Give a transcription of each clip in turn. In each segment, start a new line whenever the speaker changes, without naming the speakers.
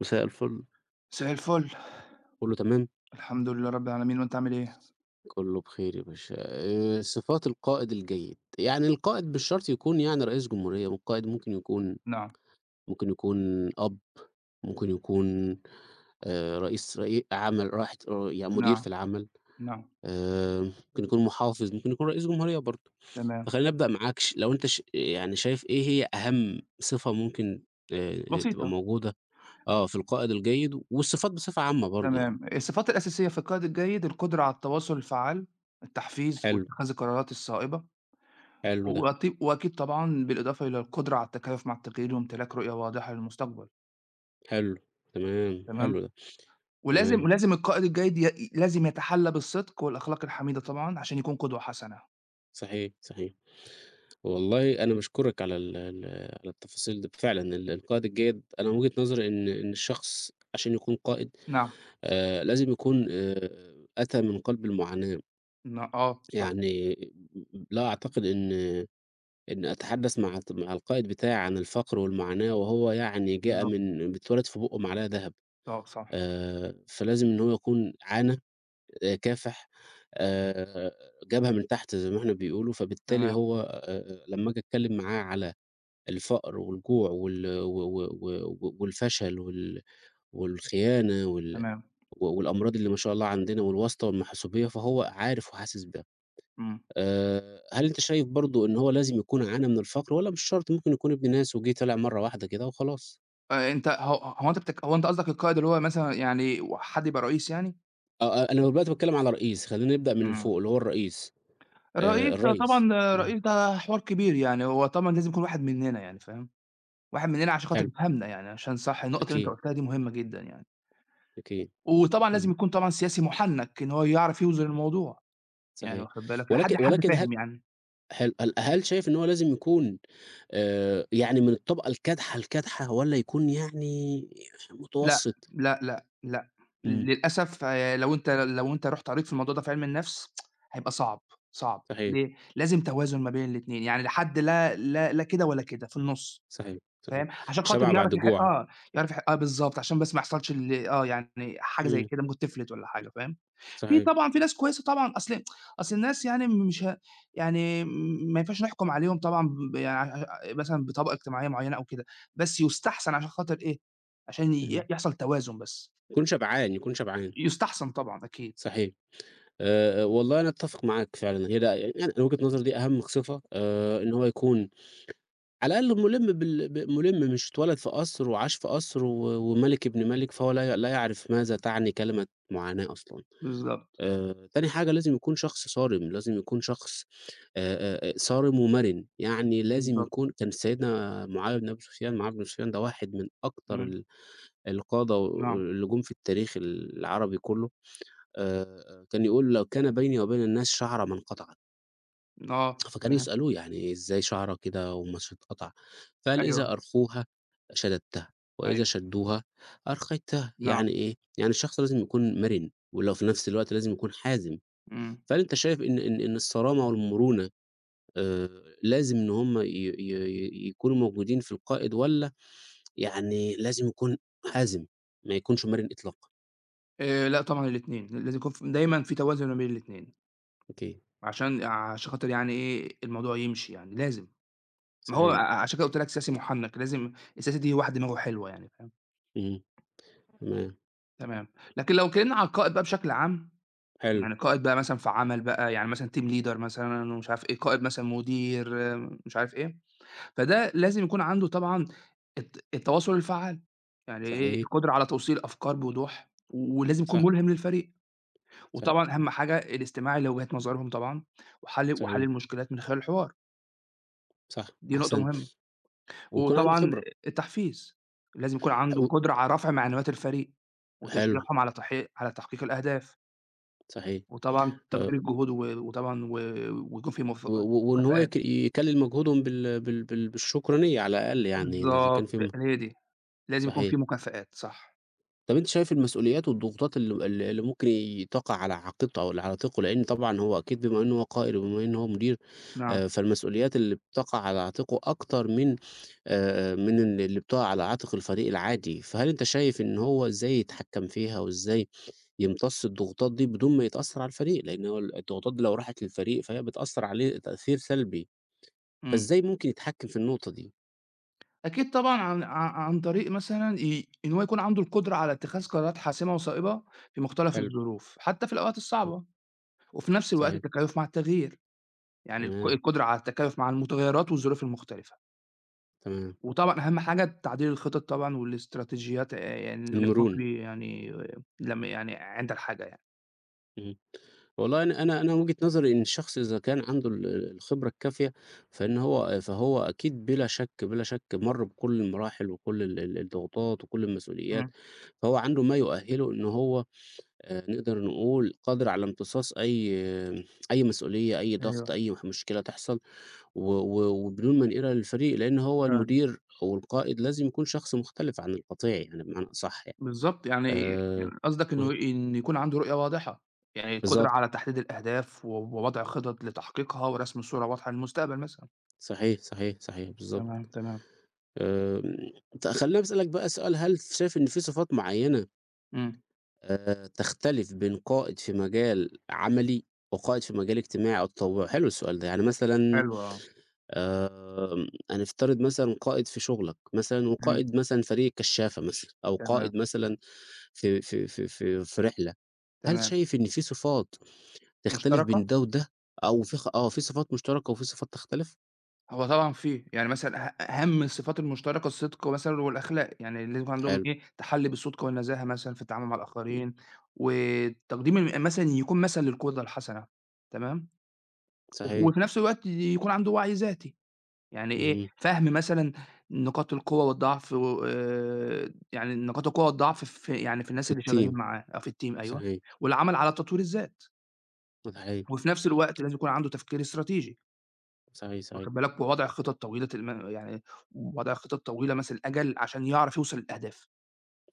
مساء الفل،
مساء الفل.
كله تمام؟
الحمد لله رب العالمين، وأنت عامل إيه؟
كله بخير يا باشا. صفات القائد الجيد، يعني القائد مش شرط يكون يعني رئيس جمهورية، والقائد ممكن يكون
نعم.
ممكن يكون أب، ممكن يكون رئيس عمل راحة يعني مدير
نعم.
في العمل،
نعم.
ممكن يكون محافظ، ممكن يكون رئيس جمهورية برضه.
تمام.
فخلّيني أبدأ معاك لو أنت يعني شايف إيه هي أهم صفة ممكن تبقى
بسيطة.
موجودة في القائد الجيد والصفات بصفة عامة برضه يعني.
تمام. الصفات الأساسية في القائد الجيد القدرة على التواصل الفعّال، التحفيز
حلو،
واتخاذ القرارات الصائبة.
حلو ده.
وأكيد طبعًا بالإضافة إلى القدرة على التكيُّف مع التغيير وامتلاك رؤية واضحة للمستقبل.
حلو، تمام، حلو
تمام.
ده، تمام،
ولازم القائد الجيد لازم يتحلّى بالصدق والأخلاق الحميدة طبعًا عشان يكون قدوة حسنة.
صحيح، صحيح. والله أنا باشكرِك على ال ال على التفاصيل دي، فعلًا القائد الجيد، أنا من وجهة نظري إن الشخص عشان يكون قائد
نعم.
لازم يكون أتى من قلب المعاناة،
آه، صح.
يعني لا أعتقد إن أتحدث مع مع القائد بتاعي عن الفقر والمعاناة وهو يعني جاء
بالضبط،
من بيتولد في بُقُّه معلقة دهب،
آه، صح.
فلازم إن هو يكون عانى، كافح، آآ جابها من تحت زي ما إحنا بيقولوا، فبالتالي
تمام،
هو لمّا آجي أتكلّم معاه على الفقر والجوع وال و و و و والفشل والخيانة وال
تمام.
و والأمراض اللي ما شاء الله عندنا والواسطة والمحاسوبية، فهو عارف وحاسس بها.
إمم.
هل أنت شايف برضه إن هو لازم يكون عانى من الفقر والّا مش شرط، ممكن يكون ابن ناس وجِه طلع مرّة واحدة كده وخلاص؟
أنت هو هو أنت بتك هو أنت قصدك القائد اللي هو مثلًا يعني حد يبقى رئيس يعني؟
آه، آه، أنا دلوقتي باتكلّم على رئيس، خلّينا نبدأ من اللي
إمم.
فوق اللي هو الرئيس،
الرئيس ده
الريّس.
طبعًا
إمم،
الرئيس ده حوار كبير يعني، هو طبعًا لازم يكون واحد مننا يعني فاهم، واحد مننا عشان خاطر
حلو،
يفهمنا يعني، عشان صح النقطة اللي أنت
أكيد،
قُلتها دي مهمة جدًا يعني.
أكيد.
وطبعًا لازم
إمم.
يكون طبعًا سياسي مُحنّك إن هو يعرف يوزن الموضوع، يعني
صحيح.
واخد بالك لحد
ولكن
حد
ولكن هل،
فاهم يعني.
حلو، هل شايف إن هو لازم يكون يعني من الطبقة الكادحة، الكادحة والّا يكون يعني
لأ،
متوسط؟
لأ، لأ، لأ.
إمم،
للأسف لو أنت رُحت قريت في الموضوع ده في علم النفس هيبقى صعب. صعب
صحيح،
ليه؟ لازم توازن ما بين الاتنين، يعني لا حد لا، لا، لا كده ولا كده، في النُص.
صحيح، صحيح.
فاهم؟ عشان خاطر
شبع بعد جوع.
يعرف يح بالضبط، عشان بس ما يحصلش ال آه، يعني حاجة زي
إمم،
كده ممكن تفلت والّا حاجة. فاهم؟ في
صحيح،
طبعًا في ناس كويسة طبعًا. أصل الناس يعني مش ه يعني ما ينفعش نحكُم عليهم طبعًا يعني مثلًا بطبقة اجتماعية معيّنة أو كده، بس يُستحسن عشان خاطر إيه، عشان ي
اهم.
يحصل توازن بس،
يكون شبعان، يكون شبعان،
يُستحسن طبعًا أكيد.
صحيح. والله أنا أتفق معاك فعلًا، هي ده يعني أنا وجهة نظري دي أهم صفة، إن هو يكون على الأقل مُلِم بال ب مُلِم، مش اتولد في قصر وعاش في قصر و ومَلِك ابن مَلِك، فهو لا يعرف ماذا تعني كلمة معاناة أصلًا.
بالضبط،
تاني حاجة لازم يكون شخص صارم، لازم يكون شخص صارم ومَرِن، يعني لازم
بالضبط.
يكون كان سيدنا معاوية بن أبي سفيان، معاوية بن سفيان ده واحد من أكتر
إمم.
القادة
نعم.
اللي جُم في التاريخ العربي كلّه، كان يقول: "لو كان بيني وبين الناس شعرة ما انقطعت."
آه،
فكانوا
تمام.
يسألوه: "يعني إزاي شعرة كده وما تتقطع؟" فقال:
أيوه،
"إذا أرخوها شددتها، وإذا
أيوه.
شدوها أرخيتها."
نعم.
يعني إيه، يعني الشخص لازم يكون مَرِن، ولو في نفس الوقت لازم يكون حازم.
إمم.
فهل أنت شايف إن إن الصرامة والمرونة آآ لازم إن هم ي ي ي يكونوا موجودين في القائد، والّا يعني لازم يكون حازم، ما يكونش مرن إطلاقًا؟
لأ طبعًا الاتنين، لازم يكون دايمًا في توازن ما بين الاتنين،
أوكي،
عشان خاطر يعني إيه، الموضوع يمشي يعني، لازم. ما هو
صحيح،
عشان كده قُلت لك سياسي مُحنّك، لازم السياسي دي واحد دماغه حلوة يعني فاهم.
اهم، تمام،
تمام. لكن لو اتكلمنا على القائد بقى بشكل عام،
حلو،
يعني قائد بقى مثلًا في عمل بقى، يعني مثلًا team leader مثلًا ومش عارف إيه، قائد مثلًا مدير مش عارف إيه، فده لازم يكون عنده طبعًا التواصل الفعّال، يعني إيه،
صحيح،
القدرة على توصيل الأفكار بوضوح، ولازم يكون
صح،
ملهم للفريق.
صح،
وطبعًا أهم حاجة الاستماع لوجهات نظرهم طبعًا، وحل
صحيح،
المشكلات من خلال الحوار،
صح،
دي نقطة
أحسنت،
مهمة.
ويكون عنده
وطبعًا
خبرة،
التحفيز، لازم يكون عنده
و،
قدرة على رفع معنويات الفريق،
حلو،
وتشجيعهم على تحقيق الأهداف،
صحيح،
وطبعًا
آآ
تقدير الجهود و وطبعًا و ويكون في
و و وإن هو
مكافآت.
يكلل مجهودهم بالشكرانية على الأقل، يعني إذا كان
بالضبط
في
هي دي، لازم يكون
صحيح.
في مكافآت صح.
طب أنتِ شايف المسؤوليات والضغوطات ال ال اللي ممكن تقع على عاتقه أو اللي على عاتقه، لإن طبعًا هو أكيد بما إنه هو قائد وبما إنه هو مدير،
نعم.
فالمسؤوليات اللي بتقع على عاتقه أكتر من من اللي بتقع على عاتق الفريق العادي، فهل أنت شايف إن هو إزاي يتحكم فيها وإزاي يمتص الضغوطات دي بدون ما يتأثر على الفريق؟ لإن هو الضغوطات دي لو راحت للفريق فهي بتأثر عليه تأثير سلبي،
إمم.
فإزاي ممكن يتحكم في النقطة دي؟
أكيد طبعًا عن طريق مثلًا إن هو يكون عنده القدرة على اتخاذ قرارات حاسمة وصائبة في مختلف
حلو،
الظروف، حتى في الأوقات
امم،
الصعبة، وفي نفس الوقت
صحيح،
التكيف مع التغيير، يعني الق
تمام،
القدرة على التكيف مع المتغيرات والظروف المختلفة.
تمام،
وطبعًا أهم حاجة تعديل الخطط طبعًا والاستراتيجيات يعني
المرونة.
للبُكري يعني لم يعني عند الحاجة يعني.
إمم. والله أنا من وجهة نظري إن الشخص إذا كان عنده الخبرة الكافية، فإن هو فهو أكيد بلا شك، بلا شك مَر بكل المراحل وكل ال ال الضغوطات وكل المسؤوليات،
إمم.
فهو عنده ما يؤهِّله إن هو نقدر نقول قادر على امتصاص أي مسؤولية، أي
أيوه
ضغط، أي مشكلة تحصل و و وبدون ما نقيرة للفريق، لإن هو
فعلًا.
المدير أو القائد لازم يكون شخص مختلف عن القطيع يعني، بمعنى أصح يعني.
بالضبط. يعني
آآ
قصدك إنه
إمم،
إيه، إن يكون عنده رؤية واضحة، يعني القدرة
بالضبط.
على تحديد الأهداف ووضع خطط لتحقيقها ورسم صورة واضحة للمستقبل مثلًا.
صحيح، صحيح، صحيح،
تمام،
بالضبط.
تمام.
آمم، خلّيني أسألك بقى سؤال، هل شايف إن في صفات معيّنة
إمم.
تختلف بين قائد في مجال عملي وقائد في مجال اجتماعي أو تطوعي؟ حلو السؤال ده، يعني مثلًا
حلو آه.
آمم، هنفترض مثلًا قائد في شغلك مثلًا
إمم.
وقائد مثلًا فريق الكشافة مثلًا أو
تمام،
قائد مثلًا في رحلة، هل
تمام.
شايف إن في صفات تختلف
مشتركة؟
بين ده وده، أو في آه، في صفات مشتركة وفي صفات تختلف؟
هو طبعًا في، يعني مثلًا أهم الصفات المشتركة الصدق مثلًا والأخلاق، يعني لازم يكون عندهم
حلو،
إيه، تحلّي بالصدق والنزاهة مثلًا في التعامل مع الآخرين، وتقديم مثلًا يكون مثل للقدوة الحسنة. تمام. وف
صحيح،
وفي نفس الوقت يكون عنده وعي ذاتي، يعني إيه،
اهم،
فهم مثلًا نقاط القوة والضعف يعني نقاط القوة والضعف في
في
الناس اللي شغالين
الteam،
معاه أو في الteam أيوه.
صحيح،
والعمل على تطوير الذات،
صحيح.
وفي نفس الوقت لازم يكون عنده تفكير استراتيجي.
صحيح، صحيح،
واخد بالك، ووضع خطط طويلة مثل الأجل عشان يعرف يوصل للأهداف.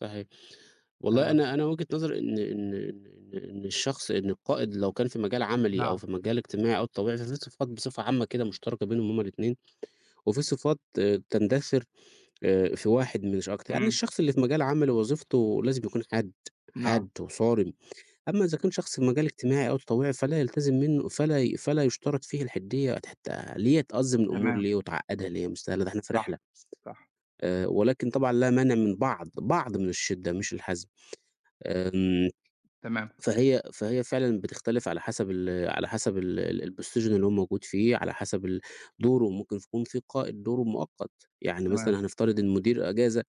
صحيح. والله
تمام.
أنا وجهة نظري إن الشخص إن القائد لو كان في مجال عملي أو
نعم.
في مجال اجتماعي أو طبيعي، ففي صفات بصفة عامة كده مشتركة بينهم هُم الاتنين، وفي صفات آه، تندثر في واحد مش أكتر. يعني
إمم.
الشخص اللي في مجال عملي وظيفته لازم يكون حاد،
نعم.
حاد وصارم، أما إذا كان شخص في مجال اجتماعي أو تطوعي فلا يلتزم منه فلا يشترط فيه الحدية، حتى ليه تأزم الأمور
تمام.
ليه وتعقدها ليه؟ مستاهلة ده إحنا في
صح،
رحلة.
صح.
ولكن طبعًا لا مانع من بعض، بعض من الشدة مش الحزم. آمم،
تمام،
فهي فعلًا بتختلف على حسب على حسب ال ال الposition اللي هو موجود فيه، على حسب دوره، ممكن يكون في قائد دوره مؤقت، يعني
تمام.
مثلًا هنفترض إن مدير أجازة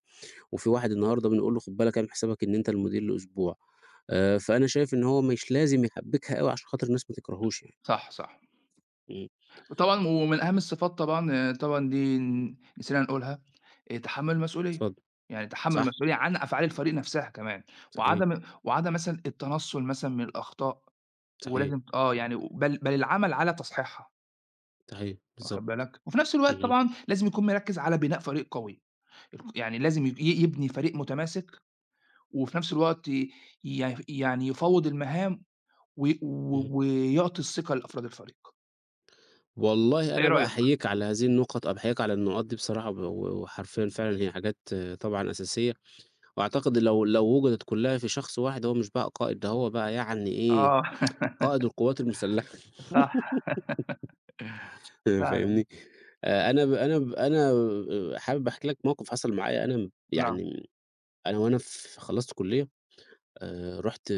وفي واحد النهارده بنقول له خد بالك، اعمل حسابك إن أنت المدير لأسبوع، فأنا شايف إن هو مش لازم يحبّكها أوي عشان خاطر الناس ما تكرهوش يعني،
صح، صح.
إمم،
وطبعًا ومن أهم الصفات طبعًا طبعًا دي نسينا نقولها، تحمُّل المسؤولية،
اتفضل.
يعني تحمُّل
صح،
المسؤولية عن أفعال الفريق نفسها كمان،
صحيح،
وعدم مثلًا التنصُّل مثلًا من الأخطاء،
صحيح،
ولازم يعني بل العمل على تصحيحها،
صحيح،
واخد
بالضبط،
بالك، وفي نفس الوقت
اهم،
طبعًا لازم يكون مركِّز على بناء فريق قوي. يعني لازم يبني فريق متماسك، وفي نفس الوقت يعني يفوّض المهام و
اهم.
و ويعطي الثقة لأفراد الفريق.
والله
أنت إيه
أنا بقى
رأيك؟
أحييك على هذه النقط، أو باحييك على النقاط دي بصراحة، و و وحرفيًا فعلًا هي حاجات آه، طبعًا أساسية. وأعتقد لو وجدت كلّها في شخص واحد، هو مش بقى قائد، ده هو بقى يعني إيه،
آه.
قائد القوات المسلحة.
صح فعلًا.
فاهمني؟ أنا حابب أحكي لك موقف حصل معايا أنا
نعم.
يعني، أنا وأنا في، خلّصت كُلّية، رُحت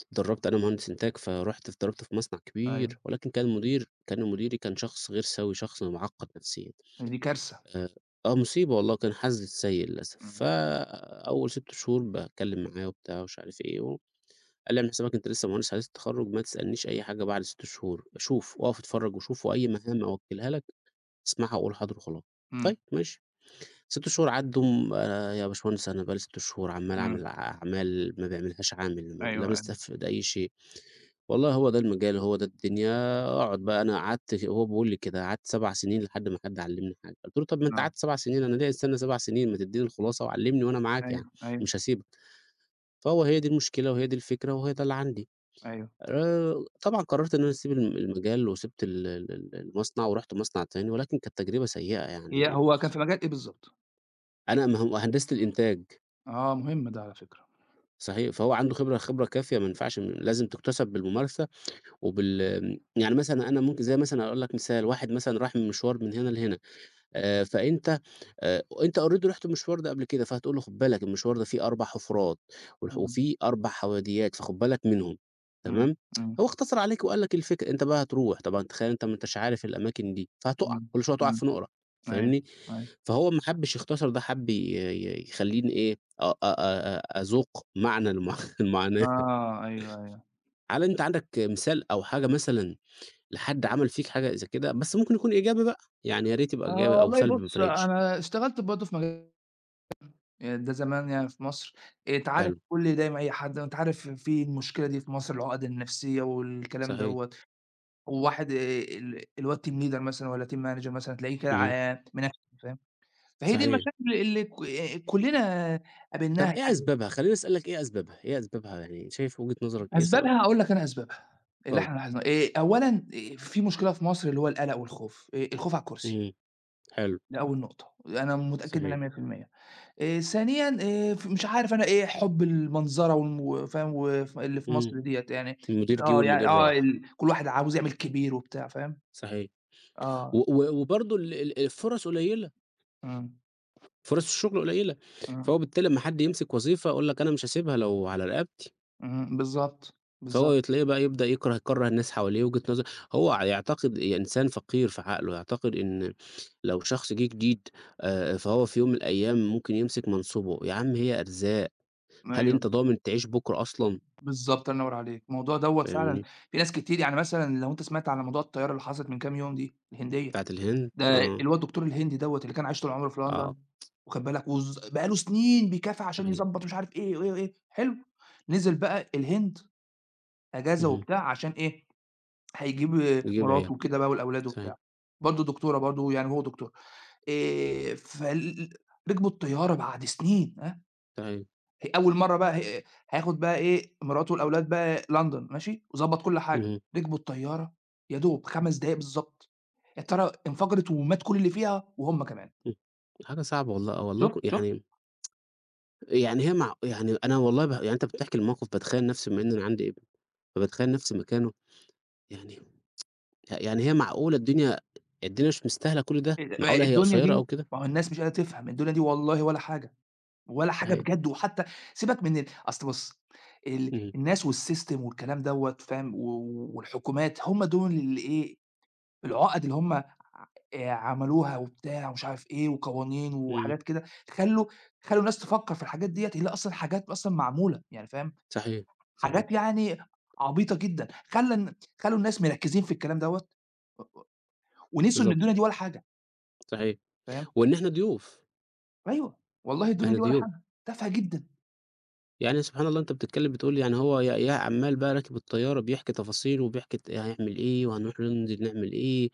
اتدرّبت، أنا مهندس إنتاج، فرُحت اتدرّبت في مصنع
أيوه.
كبير، ولكن كان مديري كان شخص غير سوي، شخص مُعقّد نفسيًا،
هي دي كارثة.
آآ آه، مصيبة والله، كان حظي السيء للأسف.
إمم،
فأول 6 شهور باتكلّم معاه وبتاع ومش عارف إيه و، قال لي: "اعمل حسابك أنت لسه مهندس حديث التخرُّج، ما تسألنيش أي حاجة بعد 6 شهور، شوف، اقف اتفرّج وشوف، وأي مهام أوكّلها لك اسمعها وقُل حاضر وخلاص."
إمم،
طيب ماشي، 6 شهور عدّوا م "يا باشمهندس، أنا بقى لي 6 شهور عمّال
إمم.
أعمل أعمال ما بيعملهاش عامل، ما
أيوه،
لا
أيوه.
مستفيد أي شيء." "والله هو ده المجال، هو ده الدنيا، اقعد بقى." أنا قعدت، هو بيقول لي كده، قعدت 7 سنين لحد ما حد علّمني حاجة. قُلت له: "طب ما أنت
نعم.
قعدت 7 سنين، أنا ليه أستنى 7 سنين؟ ما تدّيني الخلاصة وعلّمني وأنا معاك يعني،
أيوه، أيوه،
مش هاسيبك." فهو، هي دي المشكلة وهي دي الفكرة وهي ده اللي عندي.
أيوه.
طبعًا قررت إن أنا أسيب المجال وسِبت ال ال ال المصنع ورُحت مصنع تاني، ولكن كانت تجربة سيئة
هي
يعني.
هو كان في مجال إيه بالضبط؟
أنا مهندسة الإنتاج،
آه، مهم ده على فكرة.
صحيح، فهو عنده خبرة، خبرة كافية ما ينفعش، لازم تُكتسب بالممارسة وبال يعني، مثلًا أنا ممكن زي مثلًا أقول لك مثال، واحد مثلًا راح من مشوار من هنا لهنا، فأنت أنت already رُحت المشوار ده قبل كده، فهتقول له خُد بالك المشوار ده فيه 4 حُفرات
إمم،
وفيه 4 حواديات، فخُد بالك منهم،
إمم،
تمام؟
إمم،
هو اختصر عليك وقال لك الفكرة، أنت بقى هتروح، طبعًا تخيل أنت ما أنتش عارف الأماكن دي، فهتُقع،
إمم،
كل شوية تُقع
إمم.
في نُقرة،
أيوه،
فاهمني؟
أيوه.
فهو ما حبّش يختصر ده، حَب ي ي يخلّيني إيه، أ أ أ أذوق معنى المعاناة.
آه. أيوه، أيوه.
هل أنت عندك مثال أو حاجة مثلًا لحد عمل فيك حاجة زي كده؟ بس ممكن يكون إيجابي بقى، يعني يا ريت يبقى
آه
إيجابي أو
والله
سلبي ما
بُص
فرقتش.
أنا اشتغلت برضه في مجال ده زمان يعني في مصر، اتعارف
حلو.
كل دايمًا أي حد أنت عارف في المشكلة دي في مصر العقد النفسية والكلام
صحيح،
دوّة، وواحد الواد team leader مثلًا والّا team manager مثلًا تلاقيه كده
اهم،
منفّل فاهم، فهي دي
صحيح.
المشاكل اللي ك كلنا قابلناها
طب إيه
يعني.
أسبابها؟ خلّيني أسألك إيه أسبابها، إيه أسبابها، يعني شايف وجهة نظرك إيه
أسبابها
سببها؟
هاقول لك أنا أسبابها، اللي
اتفضل.
إحنا لاحظناه أولًا في مشكلة في مصر اللي هو القلق والخوف، الخوف على الكرسي،
اهم، حلو،
ده أول نقطة، أنا متأكد منها
صحيح،
100%. ثانيًا ف مش عارف أنا إيه حُب المنظرة فاهم، اللي في
إمم،
مصر ديّة يعني
المدير جِه
آه، يعني
والمدير
آه
راح،
ال كل واحد عاوز يعمل كبير وبتاع فاهم؟
صحيح. و
آه.
و وبرضه ال ال الفُرَص قليّلة،
إمم،
فُرَص الشغل قليّلة،
إمم،
فهو بالتالي أمّا حد يمسك وظيفة يقول لك أنا مش هاسيبها لو على رقبتي،
إمم. بالضبط، بالضبط.
فهو تلاقيه بقى يبدأ يكره الناس حواليه، وجهة نظر هو يعتقد إيه؟ إنسان فقير في عقله، يعتقد إن لو شخص جِه جديد فهو في يوم من الأيام ممكن يمسك منصبه، يا عم هي أرزاق. هل
أيوه.
أنت ضامن تعيش بُكرة أصلًا؟
بالضبط الله ينوّر عليك، الموضوع دوّة فعلًا
فاهمني،
في ناس كتير يعني مثلًا لو أنت سمعت على موضوع الطيارة اللي حصلت من كام يوم دي الهندية،
بتاعة الهند،
ده
آه،
اللي هو الدكتور الهندي دوّة اللي كان عايش طول عمره في لندن،
آه،
واخد بالك، بقى له سنين بيكافح عشان
صحيح،
يضبّط مش عارف إيه وإيه وإيه، حلو، نزل بقى الهند أجازة
اهم،
وبتاع عشان إيه، هيجيب
يجيب عياله،
مراته وكده بقى والأولاد
صحيح،
وبتاع، برضه دكتورة برضه يعني هو دكتور، فال ركبوا الطيارة بعد سنين ها،
صحيح،
هي أول مرّة بقى هياخد بقى إيه، مراته والأولاد بقى لندن ماشي، وضبّط كل حاجة،
اهم،
ركبوا الطيارة يا دوب 5 دقايق بالضبط، الطيارة انفجرت ومات كل اللي فيها وهُم كمان.
إمم، حاجة صعبة والله، آه، والله
شُفت، شُفت.
يعني، يعني هي مع يعني، أنا والله يعني أنت بتحكي الموقف باتخيّل نفسي بما إن أنا عندي ابن، فباتخيّل نفسي مكانه، يعني هي معقولة الدنيا مش مستاهلة كل ده، معقولة هي
الدنيا
قصيّرة
دي
أوي كده!
ما هو الناس مش قادرة تفهم، الدنيا دي والله ولا حاجة. ولا حاجة
صحيح،
بجد، وحتى سيبك من أصل بُص، ال
اهم،
الناس والسيستم والكلام دوّة فاهم، والحكومات هم دول اللي إيه، العُقَد اللي هم ع عملوها وبتاع ومش عارف إيه وقوانين
اهم،
وحاجات كده، خلّوا خلّوا الناس تفكّر في الحاجات ديّة اللي أصلًا حاجات أصلًا معمولة، يعني فاهم،
صحيح، صحيح،
حاجات يعني عبيطة جدًا، خلّى الن خلّوا الناس مركّزين في الكلام دوّة و ونسيوا إن
بالضبط،
الدنيا دي ولا حاجة،
صحيح،
فاهم.
وإن إحنا ضيوف،
أيوه، والله الدنيا
إحنا
دي ولا
ضيوف.
حاجة، تافهة جدًا.
يعني سبحان الله أنت بتتكلّم بتقول يعني هو يا عمّال بقى راكب الطيارة بيحكي تفاصيل وبيحكي هيعمل إيه وهنروح ننزل نعمل إيه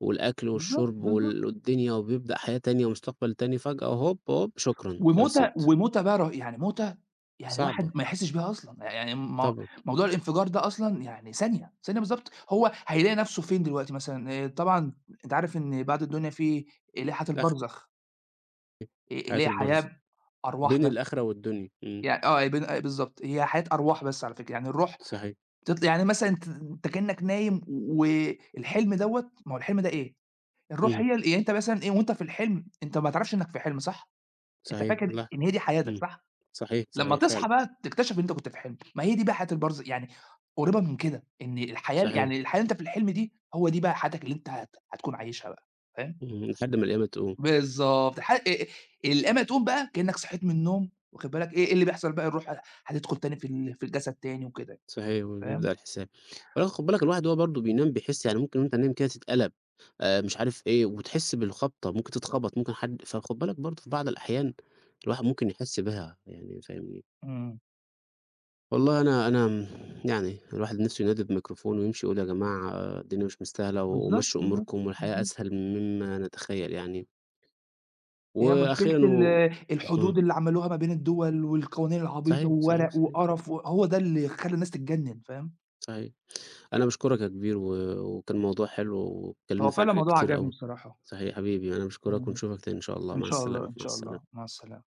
والأكل
بالضبط،
والشرب
بالضبط.
والدنيا وبيبدأ حياة تانية ومستقبل تاني فجأة، هوب، هوب، شكرًا
وموتة
خلصت،
وموتة بقى يعني موتة يعني الواحد
صعبة
ما يحسّش بيها أصلًا، يعني
طبعًا،
موضوع الانفجار ده أصلًا يعني ثانية، ثانية بالضبط هو هيلاقي نَفْسه فين دلوقتي مثلًا، طبعًا أنت عارف إن بعد الدنيا في لائحة
أخ،
البرزخ،
حياة
اللي هي
البرزخ،
حياة أرواح
بين
بس،
الآخرة والدنيا، إمم،
يعني آه بن بالضبط، هي حياة أرواح بس على فكرة، يعني الروح
صحيح،
بتطل يعني مثلًا أنت كإنّك نايم والحلم دوّة ما هو الحلم ده إيه، الروح
إمم،
هي يعني أنت مثلًا إيه وأنت في الحلم أنت ما تعرفش إنّك في حلم صح؟ أنت
صحيح،
فاكر
لأ،
إن هي دي حياتك
إمم،
صح؟
صحيح،
لمّا
صحيح فعلًا،
تصحى بقى تكتشف إن أنت كنت في حلم، ما هي دي بقى حياة يعني قريبة من كده، إن الحياة
صحيح،
يعني الحياة اللي أنت في الحلم دي، هو دي بقى حياتك اللي أنت هتكون عايشها بقى، فاهم؟
إمم، لحد ما القيامة تقوم.
بالضبط. ح الأما تقوم بقى كأنك صحيت من النوم، واخد بالك، إيه اللي بيحصل بقى الروح هتدخل تاني في الجسد تاني وكده،
صحيح، وبيبدأ
فاهم؟
الحساب. ولكن خُد بالك الواحد وهو برضه بينام بيحس، يعني ممكن وأنت نايم كده تتقلَب، مش عارف إيه، وتحس بالخبطة، ممكن تتخبط، ممكن حد، فخُد بالك برضه في بعض الأحيان الواحد ممكن يحس بها، يعني فاهمني؟
إمم.
والله أنا أنا م يعني الواحد نِفْسه ينادي بميكروفون ويمشي يقول يا جماعة آه، الدنيا مش مستاهلة
بالضبط،
ومشّوا
بالضبط،
أموركم والحياة
بالضبط،
أسهل مما نتخيّل يعني.
هي مشكلة
وأخيرًا،
ال
و، إمم.
الحدود اللي عملوها ما بين الدول، والقوانين العبيطة
صحيح، صحيح،
وورق
صحيح،
وقرف، وهو ده اللي خلّى الناس تتجنن، فاهم؟
صحيح. أنا باشكرك يا كبير، وكان موضوع حلو واتكلمنا
هو
فيه عن
فعلًا
حاجات
الموضوع
كتير
عجبني
أوي.
بصراحة.
صحيح يا حبيبي، أنا باشكرك
تمام.
ونشوفك تاني إن شاء الله،
إن
مع
شاء الله،
السلامة،
إن
مع
شاء الله.
السلامة.
مع السلامة.